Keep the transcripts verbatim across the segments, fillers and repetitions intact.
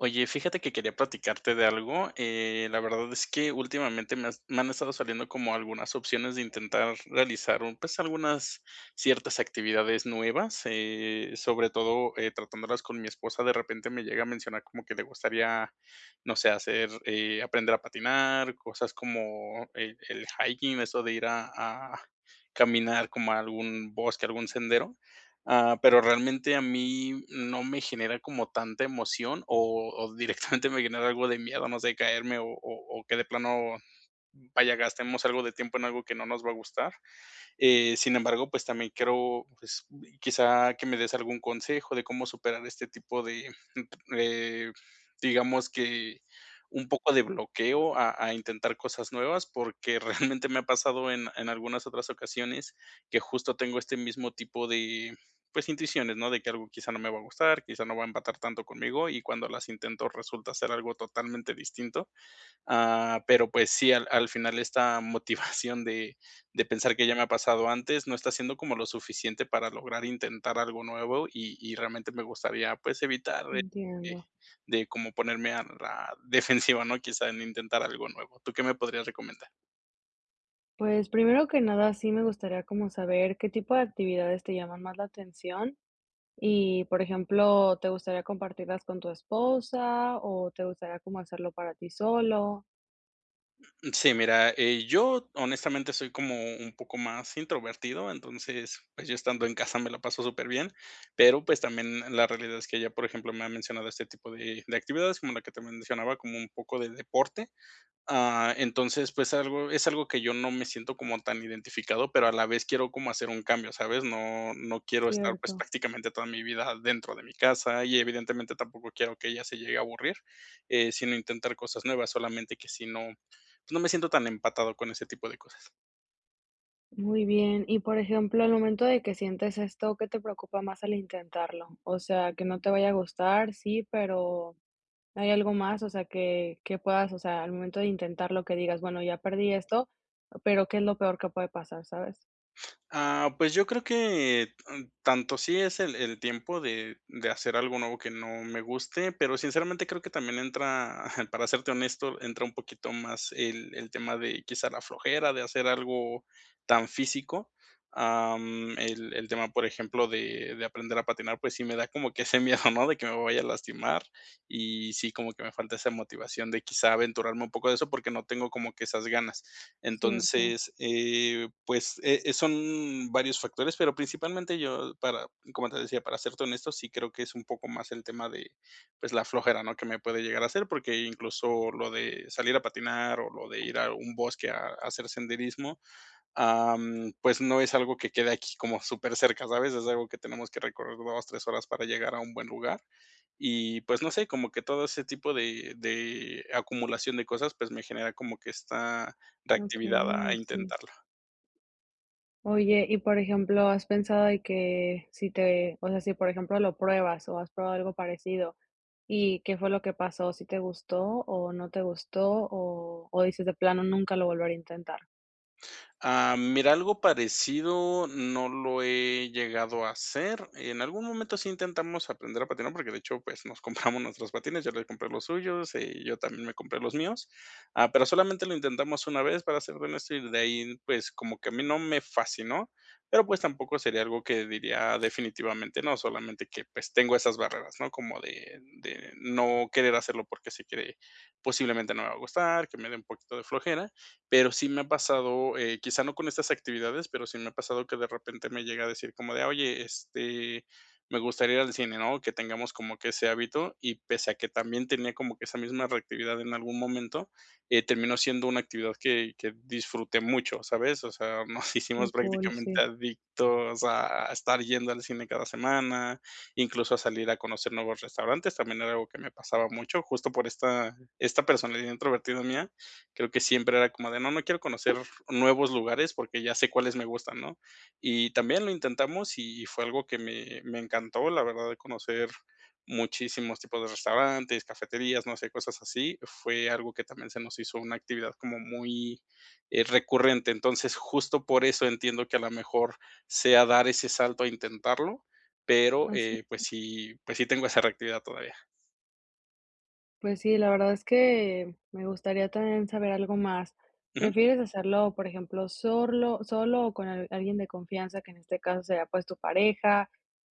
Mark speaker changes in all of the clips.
Speaker 1: Oye, fíjate que quería platicarte de algo. eh, La verdad es que últimamente me, has- me han estado saliendo como algunas opciones de intentar realizar un- pues algunas ciertas actividades nuevas, eh, sobre todo eh, tratándolas con mi esposa. De repente me llega a mencionar como que le gustaría, no sé, hacer, eh, aprender a patinar, cosas como el, el hiking, eso de ir a a caminar como a algún bosque, algún sendero. Ah, pero realmente a mí no me genera como tanta emoción o o directamente me genera algo de miedo, no sé, caerme o o o que de plano, vaya, gastemos algo de tiempo en algo que no nos va a gustar. Eh, sin embargo, pues también quiero, pues, quizá que me des algún consejo de cómo superar este tipo de, eh, digamos que un poco de bloqueo a, a intentar cosas nuevas, porque realmente me ha pasado en, en algunas otras ocasiones que justo tengo este mismo tipo de, pues, intuiciones, ¿no? De que algo quizá no me va a gustar, quizá no va a empatar tanto conmigo y cuando las intento resulta ser algo totalmente distinto. Ah, pero pues sí, al al final esta motivación de de pensar que ya me ha pasado antes, no está siendo como lo suficiente para lograr intentar algo nuevo y y realmente me gustaría, pues, evitar de de
Speaker 2: Entiendo.
Speaker 1: de como ponerme a la defensiva, ¿no? Quizá en intentar algo nuevo. ¿Tú qué me podrías recomendar?
Speaker 2: Pues primero que nada, sí me gustaría como saber qué tipo de actividades te llaman más la atención y, por ejemplo, ¿te gustaría compartirlas con tu esposa o te gustaría como hacerlo para ti solo?
Speaker 1: Sí, mira, eh, yo honestamente soy como un poco más introvertido, entonces, pues yo estando en casa me la paso súper bien, pero pues también la realidad es que ella, por ejemplo, me ha mencionado este tipo de, de actividades, como la que te mencionaba, como un poco de deporte. Ah, entonces, pues, algo es algo que yo no me siento como tan identificado, pero a la vez quiero como hacer un cambio, ¿sabes? No no quiero estar, pues,
Speaker 2: Cierto.
Speaker 1: prácticamente toda mi vida dentro de mi casa y evidentemente tampoco quiero que ella se llegue a aburrir, eh, sino intentar cosas nuevas, solamente que si no, pues, no me siento tan empatado con ese tipo de cosas.
Speaker 2: Muy bien. Y, por ejemplo, al momento de que sientes esto, ¿qué te preocupa más al intentarlo? O sea, que no te vaya a gustar, sí, pero ¿hay algo más? O sea, que, que puedas, o sea, al momento de intentarlo, que digas, bueno, ya perdí esto, pero ¿qué es lo peor que puede pasar, sabes?
Speaker 1: Ah, pues yo creo que, mm, tanto sí es el el tiempo de de hacer algo nuevo que no me guste, pero sinceramente creo que también entra, para serte honesto, entra un poquito más el el tema de quizá la flojera de hacer algo tan físico. Am, el el tema, por ejemplo, de de aprender a patinar, pues sí me da como que ese miedo, ¿no? De que me vaya a lastimar y sí, como que me falta esa motivación de quizá aventurarme un poco de eso porque no tengo como que esas ganas.
Speaker 2: Cierto.
Speaker 1: Entonces, eh, pues, eh, eh, son varios factores, pero principalmente yo para, como te decía, para serte honesto, sí creo que es un poco más el tema de, pues, la flojera, ¿no? Que me puede llegar a hacer, porque incluso lo de salir a patinar o lo de ir a un bosque a a hacer senderismo, am, pues no es algo que quede aquí como súper cerca, ¿sabes? Es algo que tenemos que recorrer dos tres horas para llegar a un buen lugar. Y pues no sé, como que todo ese tipo de de acumulación de cosas, pues me genera como que esta reactividad a a
Speaker 2: Okey, sí.
Speaker 1: intentarlo.
Speaker 2: Oye, y por ejemplo, ¿has pensado de que si te, o sea, si por ejemplo lo pruebas o has probado algo parecido, y qué fue lo que pasó? ¿Si te gustó o no te gustó? O o dices de plano nunca lo volveré a intentar.
Speaker 1: Ah, mira, algo parecido no lo he llegado a hacer. En algún momento sí intentamos aprender a patinar, porque de hecho, pues nos compramos nuestros patines, yo le compré los suyos, eh, yo también me compré los míos, ah, pero solamente lo intentamos una vez, para ser honesto, y de ahí, pues como que a mí no me fascinó, pero pues tampoco sería algo que diría definitivamente no, solamente que pues tengo esas barreras, ¿no? Como de, de no querer hacerlo porque sé que posiblemente no me va a gustar, que me dé un poquito de flojera pero sí me ha pasado, eh, quizá no con estas actividades, pero sí me ha pasado que de repente me llega a decir como de, oye, este, me gustaría ir al cine, ¿no? Que tengamos como que ese hábito y pese a que también tenía como que esa misma reactividad en algún momento, eh, terminó siendo una actividad que, que disfruté mucho, ¿sabes? O sea, nos
Speaker 2: Qué
Speaker 1: hicimos
Speaker 2: cool, sí.
Speaker 1: prácticamente adictos a, a estar yendo al cine cada semana, incluso a salir a conocer nuevos restaurantes, también era algo que me pasaba mucho, justo por esta, esta personalidad introvertida mía creo que siempre era como de, no, no quiero conocer nuevos lugares porque ya sé cuáles me gustan, ¿no? Y también lo intentamos y fue algo que me, me encantó, la verdad, de conocer muchísimos tipos de restaurantes, cafeterías, no sé, cosas así. Fue algo que también se nos hizo una actividad como muy eh, recurrente. Entonces, justo por eso entiendo que a lo mejor sea dar ese salto a intentarlo, pero
Speaker 2: Así.
Speaker 1: eh, pues sí, pues sí tengo esa reactividad todavía.
Speaker 2: Pues sí, la verdad es que me gustaría también saber algo más. ¿Prefieres hacerlo, por ejemplo, solo, solo o con al- alguien de confianza, que en este caso sea pues tu pareja?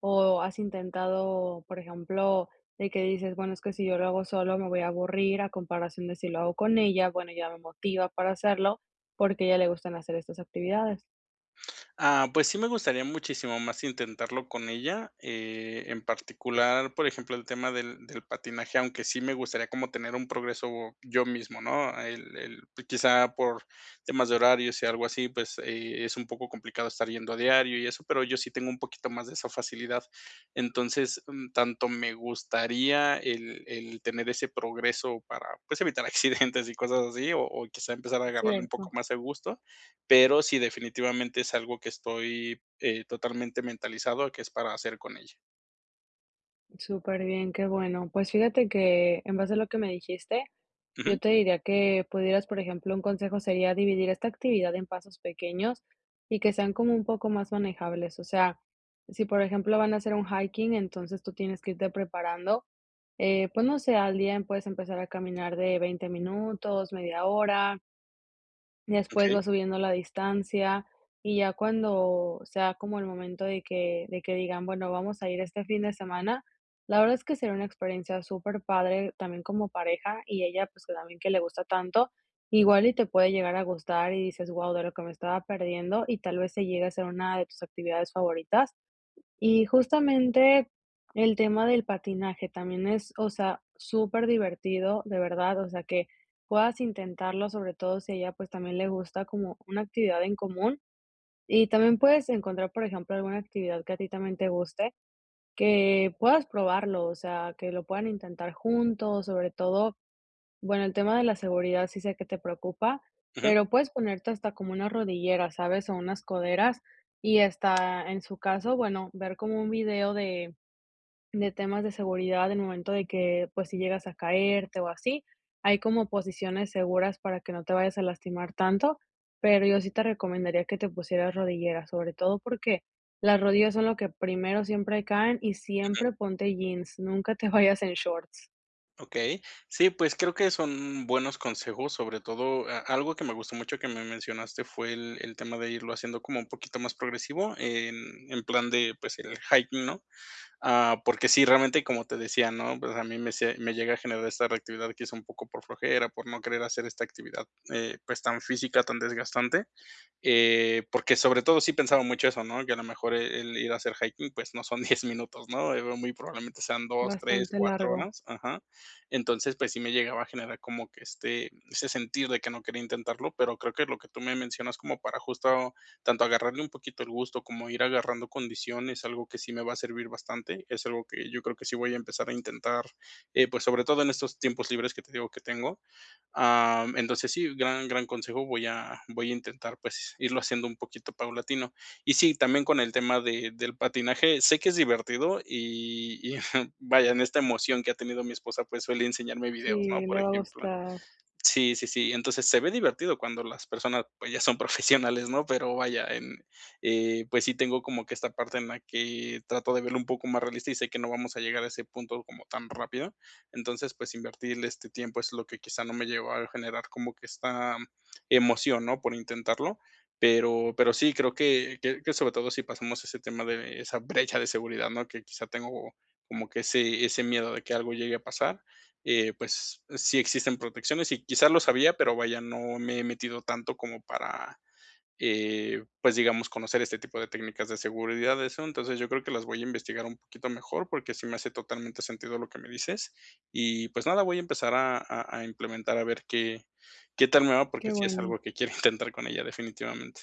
Speaker 2: ¿O has intentado, por ejemplo, de que dices, bueno, es que si yo lo hago solo me voy a aburrir a comparación de si lo hago con ella, bueno, ya me motiva para hacerlo porque a ella le gustan hacer estas actividades,
Speaker 1: Ah, pues sí me gustaría muchísimo más intentarlo con ella, eh, en particular, por ejemplo, el tema del del patinaje, aunque sí me gustaría como tener un progreso yo mismo, ¿no? El el pues quizá por temas de horarios y algo así, pues, eh, es un poco complicado estar yendo a diario y eso, pero yo sí tengo un poquito más de esa facilidad. Entonces, mm, tanto me gustaría el el tener ese progreso para, pues, evitar accidentes y cosas así, o o quizá empezar a agarrarle un poco
Speaker 2: ¿cierto?
Speaker 1: más el gusto, pero sí, definitivamente es algo que estoy, eh, totalmente mentalizado a que es para hacer con ella.
Speaker 2: Súper bien, qué bueno. Pues fíjate que en base a lo que me dijiste,
Speaker 1: Ujú,
Speaker 2: yo te diría que pudieras, por ejemplo, un consejo sería dividir esta actividad en pasos pequeños y que sean como un poco más manejables. O sea, si por ejemplo van a hacer un hiking, entonces tú tienes que irte preparando. Eh, pues no sé, al día puedes empezar a caminar de veinte minutos, media hora. Después
Speaker 1: okey,
Speaker 2: va subiendo la distancia y ya cuando sea como el momento de que de que digan: "Bueno, vamos a ir este fin de semana", la verdad es que sería una experiencia súper padre también como pareja y ella, pues, que también que le gusta tanto, igual y te puede llegar a gustar y dices: "Wow, de lo que me estaba perdiendo", y tal vez se llegue a ser una de tus actividades favoritas. Y justamente el tema del patinaje también es, o sea, súper divertido de verdad, o sea, que puedas intentarlo, sobre todo si a ella, pues, también le gusta como una actividad en común. Y también puedes encontrar, por ejemplo, alguna actividad que a ti también te guste, que puedas probarlo, o sea, que lo puedan intentar juntos, sobre todo, bueno, el tema de la seguridad sí sé que te preocupa,
Speaker 1: ujú,
Speaker 2: pero puedes ponerte hasta como una rodillera, ¿sabes? O unas coderas, y hasta en su caso, bueno, ver como un video de, de temas de seguridad en el momento de que, pues, si llegas a caerte o así, hay como posiciones seguras para que no te vayas a lastimar tanto, pero yo sí te recomendaría que te pusieras rodillera, sobre todo porque las rodillas son lo que primero siempre caen, y siempre ponte jeans, nunca te vayas en shorts.
Speaker 1: okey. Sí, pues creo que son buenos consejos, sobre todo, a algo que me gustó mucho que me mencionaste fue el el tema de irlo haciendo como un poquito más progresivo en en plan de, pues, el hiking, ¿no? Ah, porque sí, realmente, como te decía, ¿no? Pues a mí me se me llega a generar esta reactividad que es un poco por flojera, por no querer hacer esta actividad, eh, pues, tan física, tan desgastante. Eh, porque sobre todo sí pensaba mucho eso, ¿no? Que a lo mejor el el ir a hacer hiking, pues no son diez minutos, ¿no? Eh, muy probablemente sean dos, tres,
Speaker 2: Bastante
Speaker 1: cuatro
Speaker 2: largo.
Speaker 1: horas, ajá. Entonces, pues sí me llegaba a generar como que este, ese sentir de que no quería intentarlo, pero creo que lo que tú me mencionas como para justo tanto agarrarle un poquito el gusto como ir agarrando condiciones, algo que sí me va a servir bastante, es algo que yo creo que sí voy a empezar a intentar, eh, pues sobre todo en estos tiempos libres que te digo que tengo. Am, entonces sí, gran, gran consejo, voy a voy a intentar, pues, irlo haciendo un poquito paulatino. Y sí, también con el tema de del patinaje, sé que es divertido y y vaya, en esta emoción que ha tenido mi esposa, pues, suele enseñarme
Speaker 2: Sí,
Speaker 1: videos, ¿no?
Speaker 2: le
Speaker 1: Por
Speaker 2: va a
Speaker 1: ejemplo.
Speaker 2: gustar.
Speaker 1: Sí, sí, sí. Entonces, se ve divertido cuando las personas, pues, ya son profesionales, ¿no? Pero vaya, en, eh, pues sí tengo como que esta parte en la que trato de verlo un poco más realista y sé que no vamos a llegar a ese punto como tan rápido. Entonces, pues, invertirle este tiempo es lo que quizá no me llevó a generar como que esta emoción, ¿no? Por intentarlo. Pero pero sí, creo que que que sobre todo si pasamos ese tema de esa brecha de seguridad, ¿no? Que quizá tengo como que ese ese miedo de que algo llegue a pasar, eh, pues sí existen protecciones y quizás lo sabía, pero vaya, no me he metido tanto como para, eh, pues digamos, conocer este tipo de técnicas de seguridad, de eso. Entonces yo creo que las voy a investigar un poquito mejor porque sí me hace totalmente sentido lo que me dices. Y pues nada, voy a empezar a, a- a implementar a ver qué, qué tal me va
Speaker 2: Qué
Speaker 1: porque sí es
Speaker 2: bueno.
Speaker 1: algo que quiero intentar con ella definitivamente.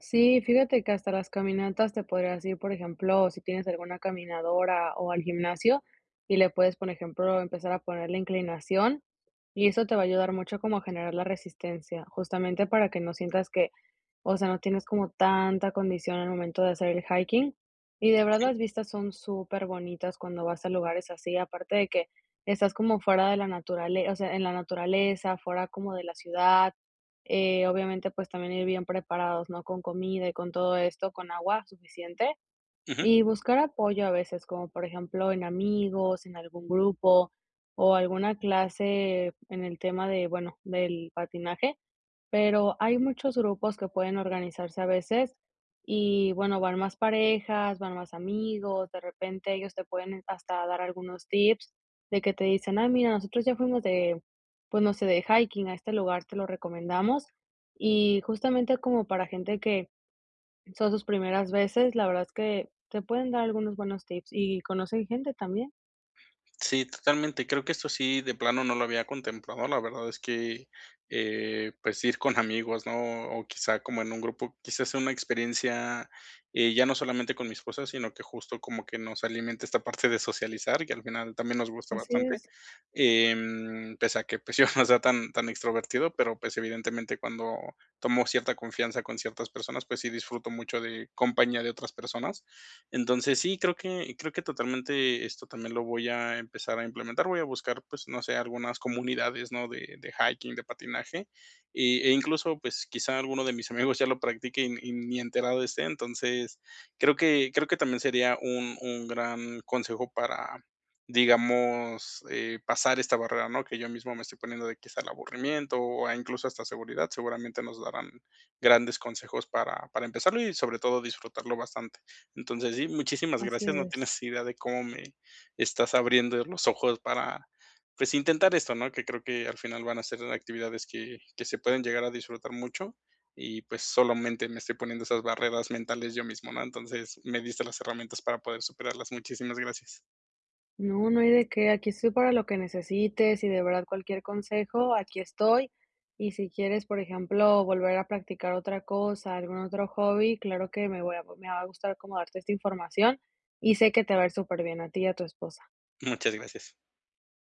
Speaker 2: Sí, fíjate que hasta las caminatas te podrías ir, por ejemplo, si tienes alguna caminadora o al gimnasio, y le puedes, por ejemplo, empezar a poner la inclinación, y eso te va a ayudar mucho como a generar la resistencia, justamente para que no sientas que, o sea, no tienes como tanta condición al momento de hacer el hiking. Y de verdad las vistas son súper bonitas cuando vas a lugares así, aparte de que estás como fuera de la naturaleza, o sea, en la naturaleza, fuera como de la ciudad. Eh, obviamente, pues también ir bien preparados, ¿no? Con comida y con todo esto, con agua suficiente,
Speaker 1: Ujú.
Speaker 2: y buscar apoyo a veces, como por ejemplo en amigos, en algún grupo o alguna clase en el tema de, bueno, del patinaje, pero hay muchos grupos que pueden organizarse a veces y, bueno, van más parejas, van más amigos, de repente ellos te pueden hasta dar algunos tips de que te dicen: "Ah, mira, nosotros ya fuimos de, pues no sé, de hiking a este lugar, te lo recomendamos". Y justamente como para gente que son sus primeras veces, la verdad es que te pueden dar algunos buenos tips y conocen gente también.
Speaker 1: Sí, totalmente. Creo que esto sí, de plano no lo había contemplado. La verdad es que, eh, pues, ir con amigos, ¿no? O quizá como en un grupo, quizás sea una experiencia, eh, ya no solamente con mi esposa, sino que justo como que nos alimenta esta parte de socializar, que al final también nos gusta
Speaker 2: Así
Speaker 1: bastante.
Speaker 2: es,
Speaker 1: Em, pese a que, pues, yo no sea tan, tan extrovertido, pero pues evidentemente cuando tomo cierta confianza con ciertas personas, pues sí disfruto mucho de compañía de otras personas. Entonces, sí, creo que creo que totalmente esto también lo voy a empezar a implementar. Voy a buscar, pues, no sé, algunas comunidades, ¿no? De de hiking, de patinaje, y e incluso, pues, quizá alguno de mis amigos ya lo practique y y ni enterado esté. Entonces, creo que creo que también sería un un gran consejo para, digamos, eh, pasar esta barrera, ¿no? Que yo mismo me estoy poniendo de quizá el aburrimiento o a incluso hasta seguridad. Seguramente nos darán grandes consejos para para empezarlo y sobre todo disfrutarlo bastante. Entonces, sí, muchísimas
Speaker 2: así
Speaker 1: gracias. No
Speaker 2: es.
Speaker 1: tienes idea de cómo me estás abriendo los ojos para, pues, intentar esto, ¿no? Que creo que al final van a ser actividades que que se pueden llegar a disfrutar mucho y, pues, solamente me estoy poniendo esas barreras mentales yo mismo, ¿no? Entonces, me diste las herramientas para poder superarlas. Muchísimas gracias.
Speaker 2: No, no hay de qué. Aquí estoy para lo que necesites, y de verdad cualquier consejo, aquí estoy. Y si quieres, por ejemplo, volver a practicar otra cosa, algún otro hobby, claro que me voy a, me va a gustar como darte esta información, y sé que te va a ir súper bien a ti y a tu esposa.
Speaker 1: Muchas gracias.